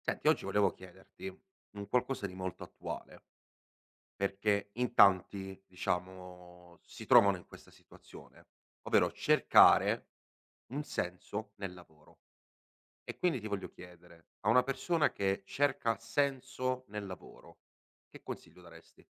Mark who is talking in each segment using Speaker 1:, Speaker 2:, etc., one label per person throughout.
Speaker 1: Senti, oggi volevo chiederti un qualcosa di molto attuale, perché in tanti, diciamo, si trovano in questa situazione, ovvero cercare un senso nel lavoro. E quindi ti voglio chiedere, a una persona che cerca senso nel lavoro, che consiglio daresti?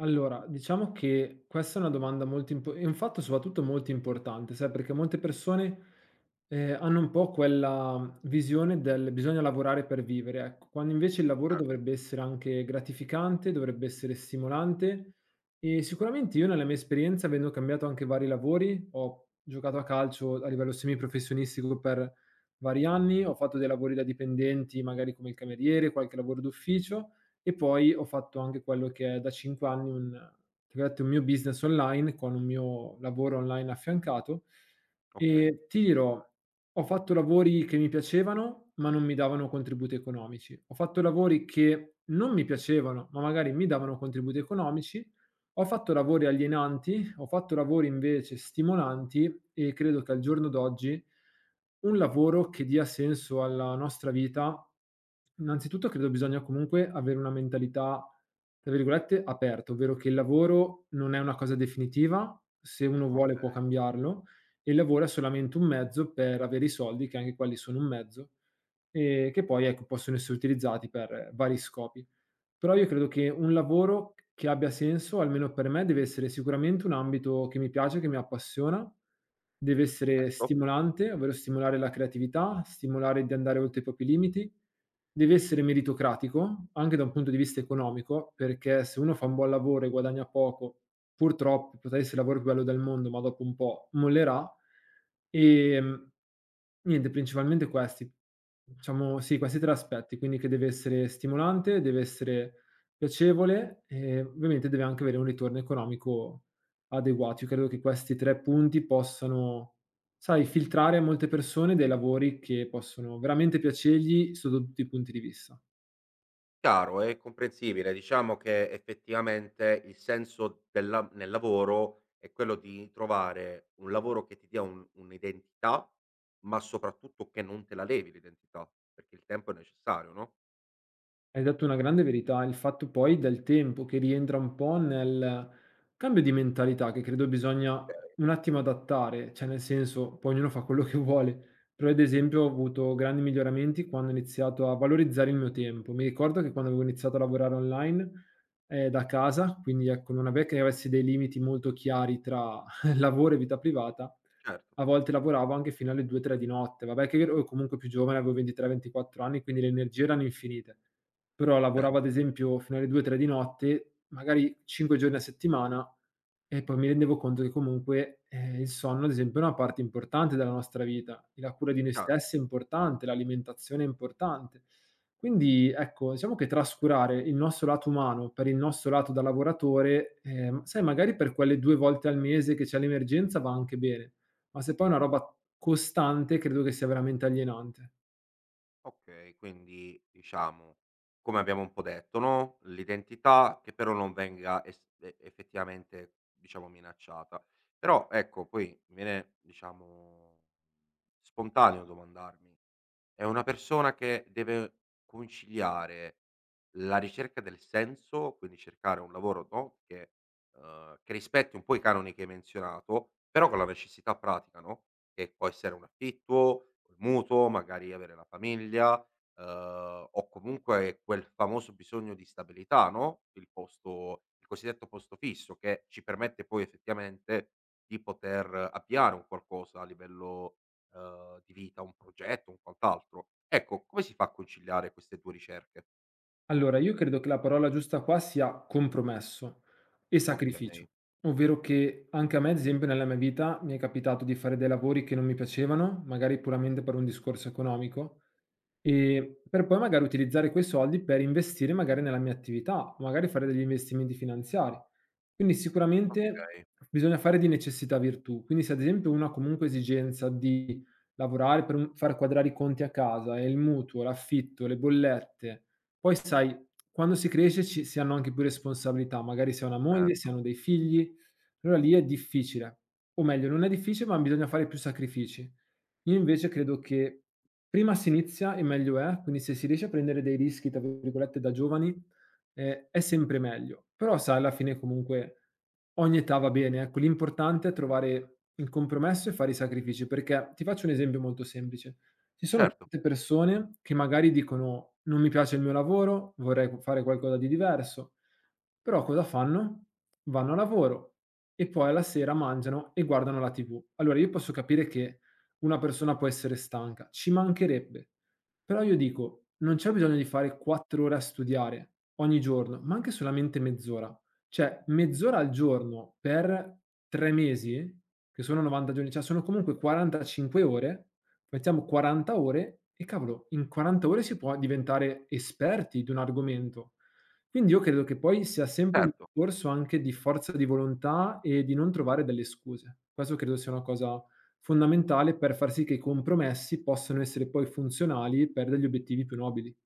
Speaker 2: Allora, diciamo che questa è una domanda molto impo è un fatto soprattutto molto importante, sai, perché molte persone, hanno un po' quella visione del: "Bisogna lavorare per vivere", ecco, quando invece il lavoro
Speaker 1: Certo.
Speaker 2: dovrebbe essere anche gratificante, dovrebbe essere stimolante e sicuramente io nella mia esperienza, avendo cambiato anche vari lavori, ho giocato a calcio a livello semiprofessionistico per vari anni, ho fatto dei lavori da dipendenti, magari come il cameriere, qualche lavoro d'ufficio e poi ho fatto anche quello che è da 5 anni un che ho detto un mio business online con un mio lavoro online affiancato
Speaker 1: Okay.
Speaker 2: e ti dirò, ho fatto lavori che mi piacevano, ma non mi davano contributi economici. Ho fatto lavori che non mi piacevano, ma magari mi davano contributi economici. Ho fatto lavori alienanti, ho fatto lavori invece stimolanti e credo che al giorno d'oggi un lavoro che dia senso alla nostra vita, innanzitutto credo bisogna comunque avere una mentalità, tra virgolette, aperta, ovvero che il lavoro non è una cosa definitiva, se uno vuole può
Speaker 1: Okay.
Speaker 2: cambiarlo e il lavoro è solamente un mezzo per avere i soldi, che anche quelli sono un mezzo, e che poi ecco, possono essere utilizzati per vari scopi. Però io credo che un lavoro che abbia senso, almeno per me, deve essere sicuramente un ambito che mi piace, che mi appassiona, deve essere stimolante, ovvero stimolare la creatività, stimolare di andare oltre i propri limiti, deve essere meritocratico, anche da un punto di vista economico, perché se uno fa un buon lavoro e guadagna poco, purtroppo potrà essere il lavoro più bello del mondo, ma dopo un po' mollerà. Ehm Niente, principalmente questi. Diciamo sì, questi 3 aspetti, quindi che deve essere stimolante, deve essere piacevole e ovviamente deve anche avere un ritorno economico adeguato. Io credo che questi 3 punti possano, sai, filtrare a molte persone dei lavori che possono veramente piacergli sotto tutti i punti di vista.
Speaker 1: Chiaro, è comprensibile. Diciamo che effettivamente il senso del la nel lavoro è quello di trovare un lavoro che ti dia un'identità, ma soprattutto che non te la levi l'identità, perché il tempo è necessario, no?
Speaker 2: Hai detto una grande verità, il fatto poi del tempo che rientra un po' nel cambio di mentalità che credo bisogna
Speaker 1: Okay.
Speaker 2: un attimo adattare, cioè nel senso, poi ognuno fa quello che vuole, però ad esempio ho avuto grandi miglioramenti quando ho iniziato a valorizzare il mio tempo. Mi ricordo che quando avevo iniziato a lavorare online da casa, quindi ecco, non avevo che avessi dei limiti molto chiari tra lavoro e vita privata,
Speaker 1: Certo,
Speaker 2: a volte lavoravo anche fino alle 2, 3 di notte. Vabbè che ero comunque più giovane, avevo 23, 24 anni, quindi le energie erano infinite. Però
Speaker 1: cer
Speaker 2: lavoravo ad esempio fino alle 2, 3 di notte, magari 5 giorni a settimana e poi mi rendevo conto che comunque, il sonno ad esempio è una parte importante della nostra vita, e la cura di noi
Speaker 1: chiaro.
Speaker 2: stessi è importante, l'alimentazione è importante. Quindi ecco, diciamo che trascurare il nostro lato umano per il nostro lato da lavoratore, sai magari per quelle 2 volte al mese che c'è l'emergenza va anche bene, ma se poi è una roba costante, credo che sia veramente alienante.
Speaker 1: Okay, quindi diciamo, come abbiamo un po' detto, no, l'identità che però non venga es e effettivamente, diciamo, minacciata. Però ecco, poi mi viene, diciamo, spontaneo domandarmi: è una persona che deve conciliare la ricerca del senso, quindi cercare un lavoro, no, che rispetti un po' i canoni che hai menzionato, però con la necessità pratica, no, che può essere un affitto col mutuo, magari avere la famiglia, o comunque quel famoso bisogno di stabilità, no, il cosiddetto posto fisso che ci permette poi effettivamente di poter avviare un qualcosa a livello, di vita, un progetto, un quant'altro. Ecco, come si fa a conciliare queste 2 ricerche?
Speaker 2: Allora, io credo che la parola giusta qua sia compromesso e sacrificio,
Speaker 1: Okay,
Speaker 2: ovvero che anche a me, ad esempio, nella mia vita mi è capitato di fare dei lavori che non mi piacevano, magari puramente per un discorso economico. Per poi magari utilizzare quei soldi per investire magari nella mia attività, magari fare degli investimenti finanziari. Quindi sicuramente
Speaker 1: okay,
Speaker 2: bisogna fare di necessità virtù. Quindi se ad esempio uno ha comunque esigenza di lavorare per un far quadrare i conti a casa e il mutuo, l'affitto, le bollette, poi sai quando si cresce ci si hanno anche più responsabilità, magari si ha una moglie, si
Speaker 1: certo,
Speaker 2: hanno dei figli, allora lì è difficile, o meglio non è difficile, ma bisogna fare più sacrifici. Io invece credo che prima si inizia e meglio è, quindi se si riesce a prendere dei "rischi" tra virgolette da giovani, è sempre meglio. Però sai alla fine comunque ogni età va bene, ecco, l'importante è trovare il compromesso e fare i sacrifici, perché ti faccio un esempio molto semplice: ci sono
Speaker 1: certo,
Speaker 2: tante persone che magari dicono: "Non mi piace il mio lavoro, vorrei fare qualcosa di diverso." Però cosa fanno? Vanno a lavoro, e poi alla sera mangiano e guardano la TV. Allora io posso capire che una persona può essere stanca, ci mancherebbe, però io dico, non c'è bisogno di fare 4 ore a studiare ogni giorno, ma anche solamente mezz'ora. Cioè mezz'ora al giorno per 3 mesi, che sono 90 giorni, cioè sono comunque 45 ore, mettiamo 40 ore e cavolo, in 40 ore si può diventare esperti di un argomento. Quindi io credo che poi sia sempre un
Speaker 1: certo.
Speaker 2: discorso anche di forza di volontà e di non trovare delle scuse. Questo credo sia una cosa fondamentale per far sì che i compromessi possano essere poi funzionali per degli obiettivi più nobili.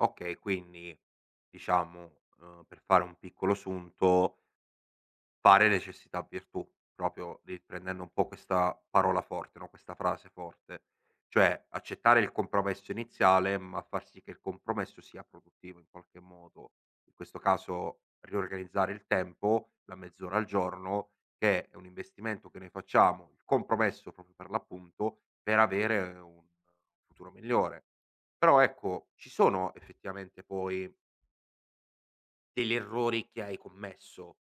Speaker 1: Okay, quindi diciamo, per fare un piccolo sunto. Fare necessità virtù, proprio riprendendo un po' questa parola forte, no, questa frase forte. Cioè, accettare il compromesso iniziale, ma far sì che il compromesso sia produttivo in qualche modo. In questo caso riorganizzare il tempo, la mezz'ora al giorno, che è un investimento che noi facciamo, il compromesso proprio per l'appunto, per avere un futuro migliore. Però ecco, ci sono effettivamente poi degli errori che hai commesso,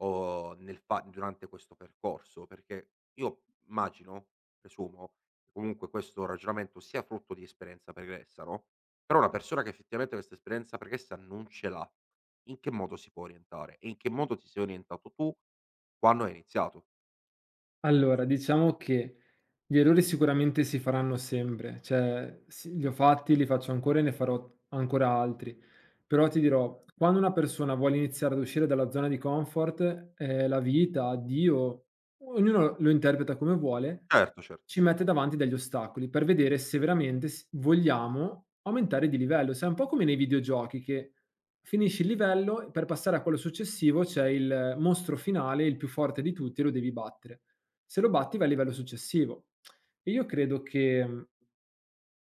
Speaker 1: o nel fa durante questo percorso, perché io immagino, presumo, che comunque questo ragionamento sia frutto di esperienza pregressa, no, però una persona che effettivamente questa esperienza pregressa non ce l'ha, in che modo si può orientare? E in che modo ti sei orientato tu quando hai iniziato?
Speaker 2: Allora, diciamo che gli errori sicuramente si faranno sempre, cioè sì, li ho fatti, li faccio ancora e ne farò ancora altri. Però ti dirò, quando una persona vuole iniziare ad uscire dalla zona di comfort, la vita, Dio, ognuno lo interpreta come vuole,
Speaker 1: Certo.
Speaker 2: ci mette davanti degli ostacoli per vedere se veramente vogliamo aumentare di livello. Sai, è un po' come nei videogiochi che finisci il livello, per passare a quello successivo c'è il mostro finale, il più forte di tutti, e lo devi battere. Se lo batti vai al livello successivo. E io credo che, mhmm,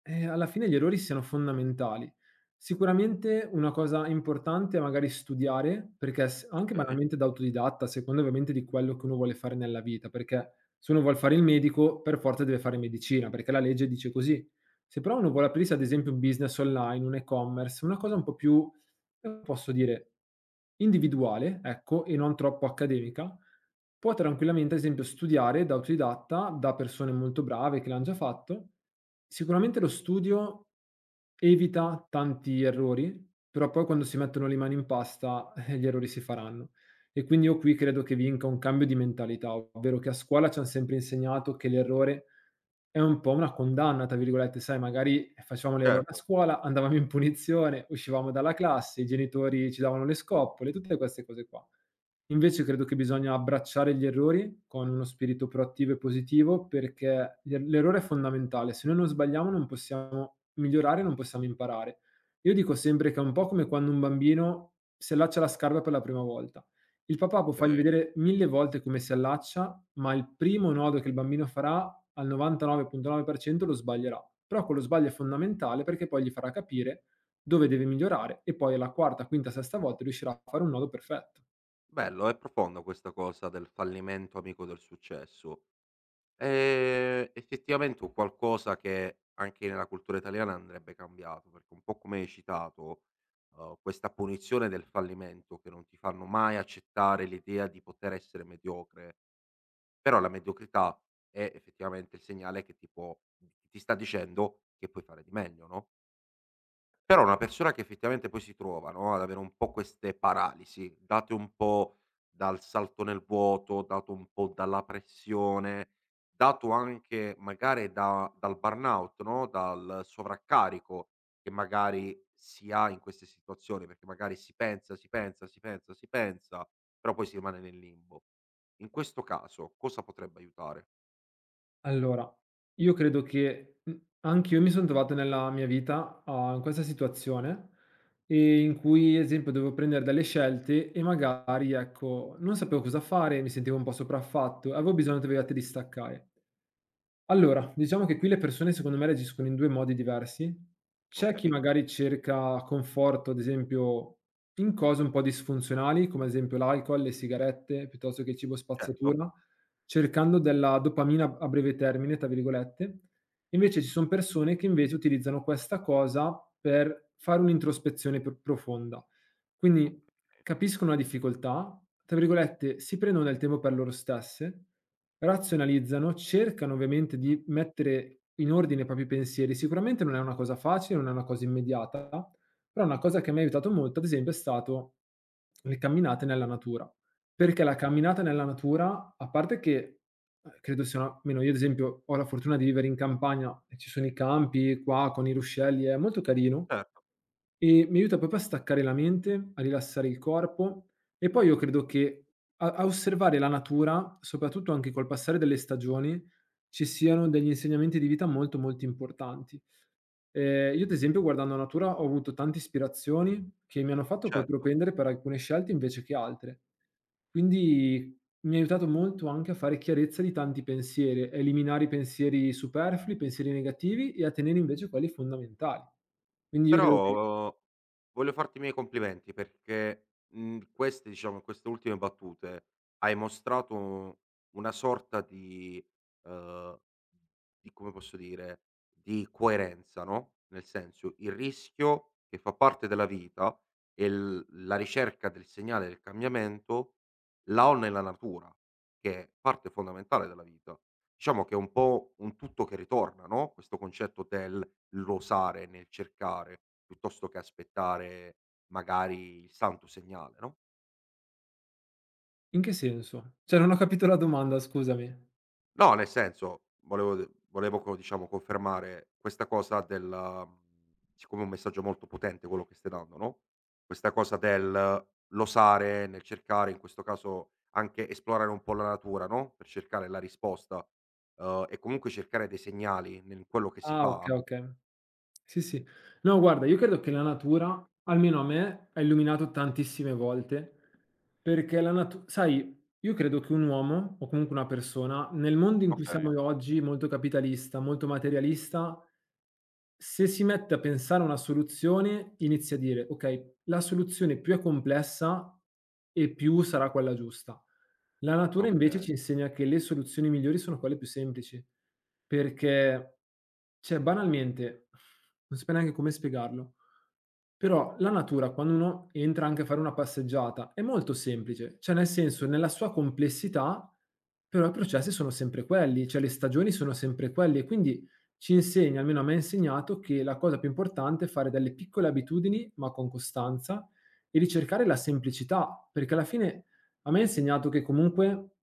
Speaker 2: ehm, alla fine gli errori siano fondamentali. Sicuramente una cosa importante è magari studiare, perché s anche
Speaker 1: Okay,
Speaker 2: banalmente da autodidatta, a seconda ovviamente di quello che uno vuole fare nella vita, perché se uno vuol fare il medico per forza deve fare medicina, perché la legge dice così. Se però uno vuole aprirsi ad esempio un business online, un e-commerce, una cosa un po' più, come posso dire, individuale, ecco, e non troppo accademica, può tranquillamente, ad esempio, studiare da autodidatta, da persone molto brave che l'han già fatto. Sicuramente lo studio evita tanti errori, però poi quando si mettono le mani in pasta, gli errori si faranno. E quindi io qui credo che vinca un cambio di mentalità, ovvero che a scuola ci han sempre insegnato che l'errore è un po' una "condanna" tra virgolette, sai, magari facevamo l'errore a
Speaker 1: certo,
Speaker 2: scuola, andavamo in punizione, uscivamo dalla classe, i genitori ci davano le scoppole, tutte queste cose qua. Invece credo che bisogna abbracciare gli errori con uno spirito proattivo e positivo perché l'errore è fondamentale. Se noi non sbagliamo non possiamo migliorare, non possiamo imparare. Io dico sempre che è un po' come quando un bambino si allaccia alla scarpa per la prima volta. Il papà può fargli
Speaker 1: okay.
Speaker 2: vedere 1000 volte come si allaccia, ma il primo nodo che il bambino farà al 99,9% lo sbaglierà. Però quello sbaglio è fondamentale perché poi gli farà capire dove deve migliorare e poi alla quarta, quinta, sesta volta riuscirà a fare un nodo perfetto.
Speaker 1: Bello, è profonda questa cosa del fallimento amico del successo. Effettivamente un qualcosa che anche nella cultura italiana andrebbe cambiato, perché un po' come hai citato, questa punizione del fallimento che non ti fanno mai accettare l'idea di poter essere mediocre, però la mediocrità è effettivamente il segnale che ti sta dicendo che puoi fare di meglio, no? Però una persona che effettivamente poi si trova, no, ad avere un po' queste paralisi, date un po' dal salto nel vuoto, dato un po' dalla pressione, dato anche magari da dal burnout, no, dal sovraccarico che magari si ha in queste situazioni, perché magari si pensa, però poi si rimane nel limbo. In questo caso cosa potrebbe aiutare?
Speaker 2: Allora, io credo che, anch'io mi son trovato nella mia vita a in questa situazione, in cui ad esempio dovevo prendere delle scelte e magari, ecco, non sapevo cosa fare, mi sentivo un po' sopraffatto, avevo bisogno tra virgolette di staccare. Allora, diciamo che qui le persone secondo me reagiscono in 2 modi diversi. C'è chi
Speaker 1: Okay,
Speaker 2: magari cerca conforto, ad esempio, in cose un po' disfunzionali, come ad esempio l'alcol, le sigarette, piuttosto che il cibo
Speaker 1: certo, okay,
Speaker 2: spazzatura, cercando della "dopamina a breve termine", tra virgolette. Invece ci son persone che invece utilizzano questa cosa per fare un'introspezione pr profonda. Quindi
Speaker 1: okay.
Speaker 2: capiscono la difficoltà, tra virgolette, "si prendono del tempo per loro stesse", razionalizzano, cercano ovviamente di mettere in ordine i propri pensieri. Sicuramente non è una cosa facile, non è una cosa immediata, però una cosa che mi ha aiutato molto ad esempio è stato le camminate nella natura, perché la
Speaker 1: O
Speaker 2: camminata nella natura, a parte che, credo sia una almeno io ad esempio ho la fortuna di vivere in campagna e ci sono i campi qua con i ruscelli, è molto carino
Speaker 1: certo,
Speaker 2: e mi aiuta proprio a staccare la mente, a rilassare il corpo e poi io credo che a osservare la natura, soprattutto anche col passare delle stagioni, ci siano degli insegnamenti di vita molto, molto importanti. Io ad esempio guardando la natura ho avuto tante ispirazioni che mi hanno fatto poi
Speaker 1: certo.
Speaker 2: propendere per alcune scelte invece che altre. Quindi mi ha aiutato molto anche a fare chiarezza di tanti pensieri, a eliminare i pensieri superflui, i pensieri negativi e a tenere invece quelli fondamentali. Quindi io credo che.
Speaker 1: Però voglio farti i miei complimenti perché, queste diciamo in queste ultime battute hai mostrato una sorta uhm, di come posso dire, di coerenza, no, nel senso, il rischio che fa parte della vita e l la ricerca del segnale del cambiamento la ho nella natura, che è parte fondamentale della vita. Diciamo che è un po' un tutto che ritorna, no, questo concetto del l'osare nel cercare, piuttosto che aspettare magari il santo segnale, no?
Speaker 2: In che senso? Cioè, non ho capito la domanda, scusami.
Speaker 1: No, nel senso volevo co diciamo confermare questa cosa del siccome è un messaggio molto potente quello che stai dando, no, questa cosa del l'osare nel cercare, in questo caso anche esplorare un po' la natura, no, per cercare la risposta, e comunque cercare dei segnali nel quello che si
Speaker 2: Ah,
Speaker 1: fa.
Speaker 2: okay, okay. Sì, sì. No, guarda, io credo che la natura, almeno a me, ha illuminato tantissime volte, perché la natu sai, io credo che un uomo, o comunque una persona, nel mondo in cui siamo
Speaker 1: Okay,
Speaker 2: oggi, molto capitalista, molto materialista, se si mette a pensare a una soluzione, inizia a dire: "Okay, la soluzione più è complessa e più sarà quella giusta". La natura invece ci
Speaker 1: okay,
Speaker 2: insegna che le soluzioni migliori sono quelle più semplici, perché cioè banalmente, non saprei neanche come spiegarlo, però la natura quando uno entra anche a fare una passeggiata è molto semplice, cioè nel senso, nella sua complessità però i processi sono sempre quelli, cioè le stagioni sono sempre quelle, quindi ci insegna, almeno a me ha insegnato, che la cosa più importante è fare delle piccole abitudini, ma con costanza, e ricercare la semplicità, perché alla fine a me ha insegnato che comunque,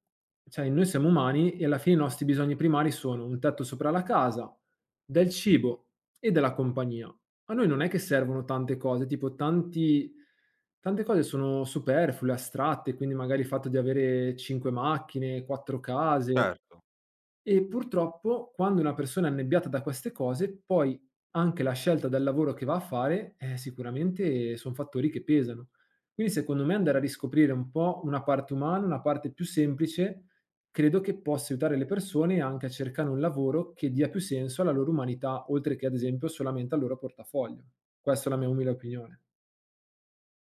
Speaker 2: cioè noi siamo umani e alla fine i nostri bisogni primari sono un tetto sopra la casa, del cibo e della compagnia. A noi non è che servono tante cose, tipo tanti, tante cose sono superflue, astratte, quindi magari il fatto di avere cinque macchine, quattro case.
Speaker 1: certo.
Speaker 2: E purtroppo quando una persona è annebbiata da queste cose, poi anche la scelta del lavoro che va a fare, sicuramente son fattori che pesano. Quindi secondo me andare a riscoprire un po' una parte umana, una parte più semplice, credo che possa aiutare le persone anche a cercare un lavoro che dia più senso alla loro umanità, oltre che ad esempio solamente al loro portafoglio. Questa è la mia umile opinione.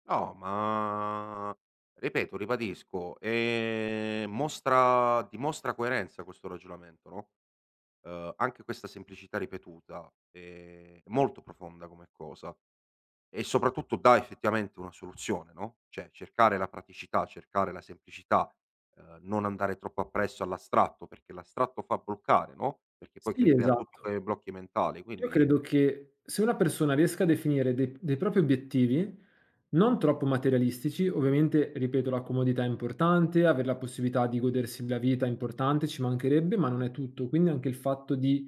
Speaker 1: No, ma ripeto, ribadisco, mostra dimostra coerenza questo ragionamento, no, anche questa semplicità ripetuta è molto profonda come cosa e soprattutto dà effettivamente una soluzione, no, cioè cercare la praticità, cercare la semplicità, non andare troppo appresso all'astratto, perché l'astratto fa bloccare, no, perché poi
Speaker 2: Sì,
Speaker 1: crea tutto
Speaker 2: esatto.
Speaker 1: quei blocchi mentali,
Speaker 2: Io
Speaker 1: quindi
Speaker 2: credo che se una persona riesca a definire dei propri obiettivi, non troppo materialistici, ovviamente, ripeto, la comodità è importante, aver la possibilità di godersi la vita è importante, ci mancherebbe, ma non è tutto. Quindi anche il fatto di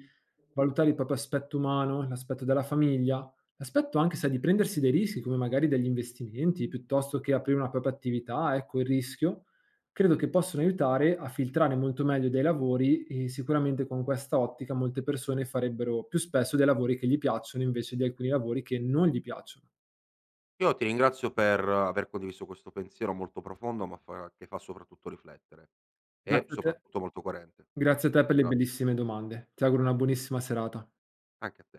Speaker 2: valutare il proprio aspetto umano, l'aspetto della famiglia, l'aspetto anche sai di prendersi dei rischi, come magari degli investimenti, piuttosto che aprire una propria attività, ecco il rischio, credo che possono aiutare a filtrare molto meglio dei lavori e sicuramente con questa ottica molte persone farebbero più spesso dei lavori che gli piacciono invece di alcuni lavori che non gli piacciono.
Speaker 1: io ti ringrazio per aver condiviso questo pensiero molto profondo, ma fa soprattutto riflettere e
Speaker 2: Grazie a te
Speaker 1: soprattutto molto coerente.
Speaker 2: grazie a te
Speaker 1: Ti
Speaker 2: per le
Speaker 1: ringraz
Speaker 2: bellissime domande. Ti auguro una buonissima serata.
Speaker 1: anche a te.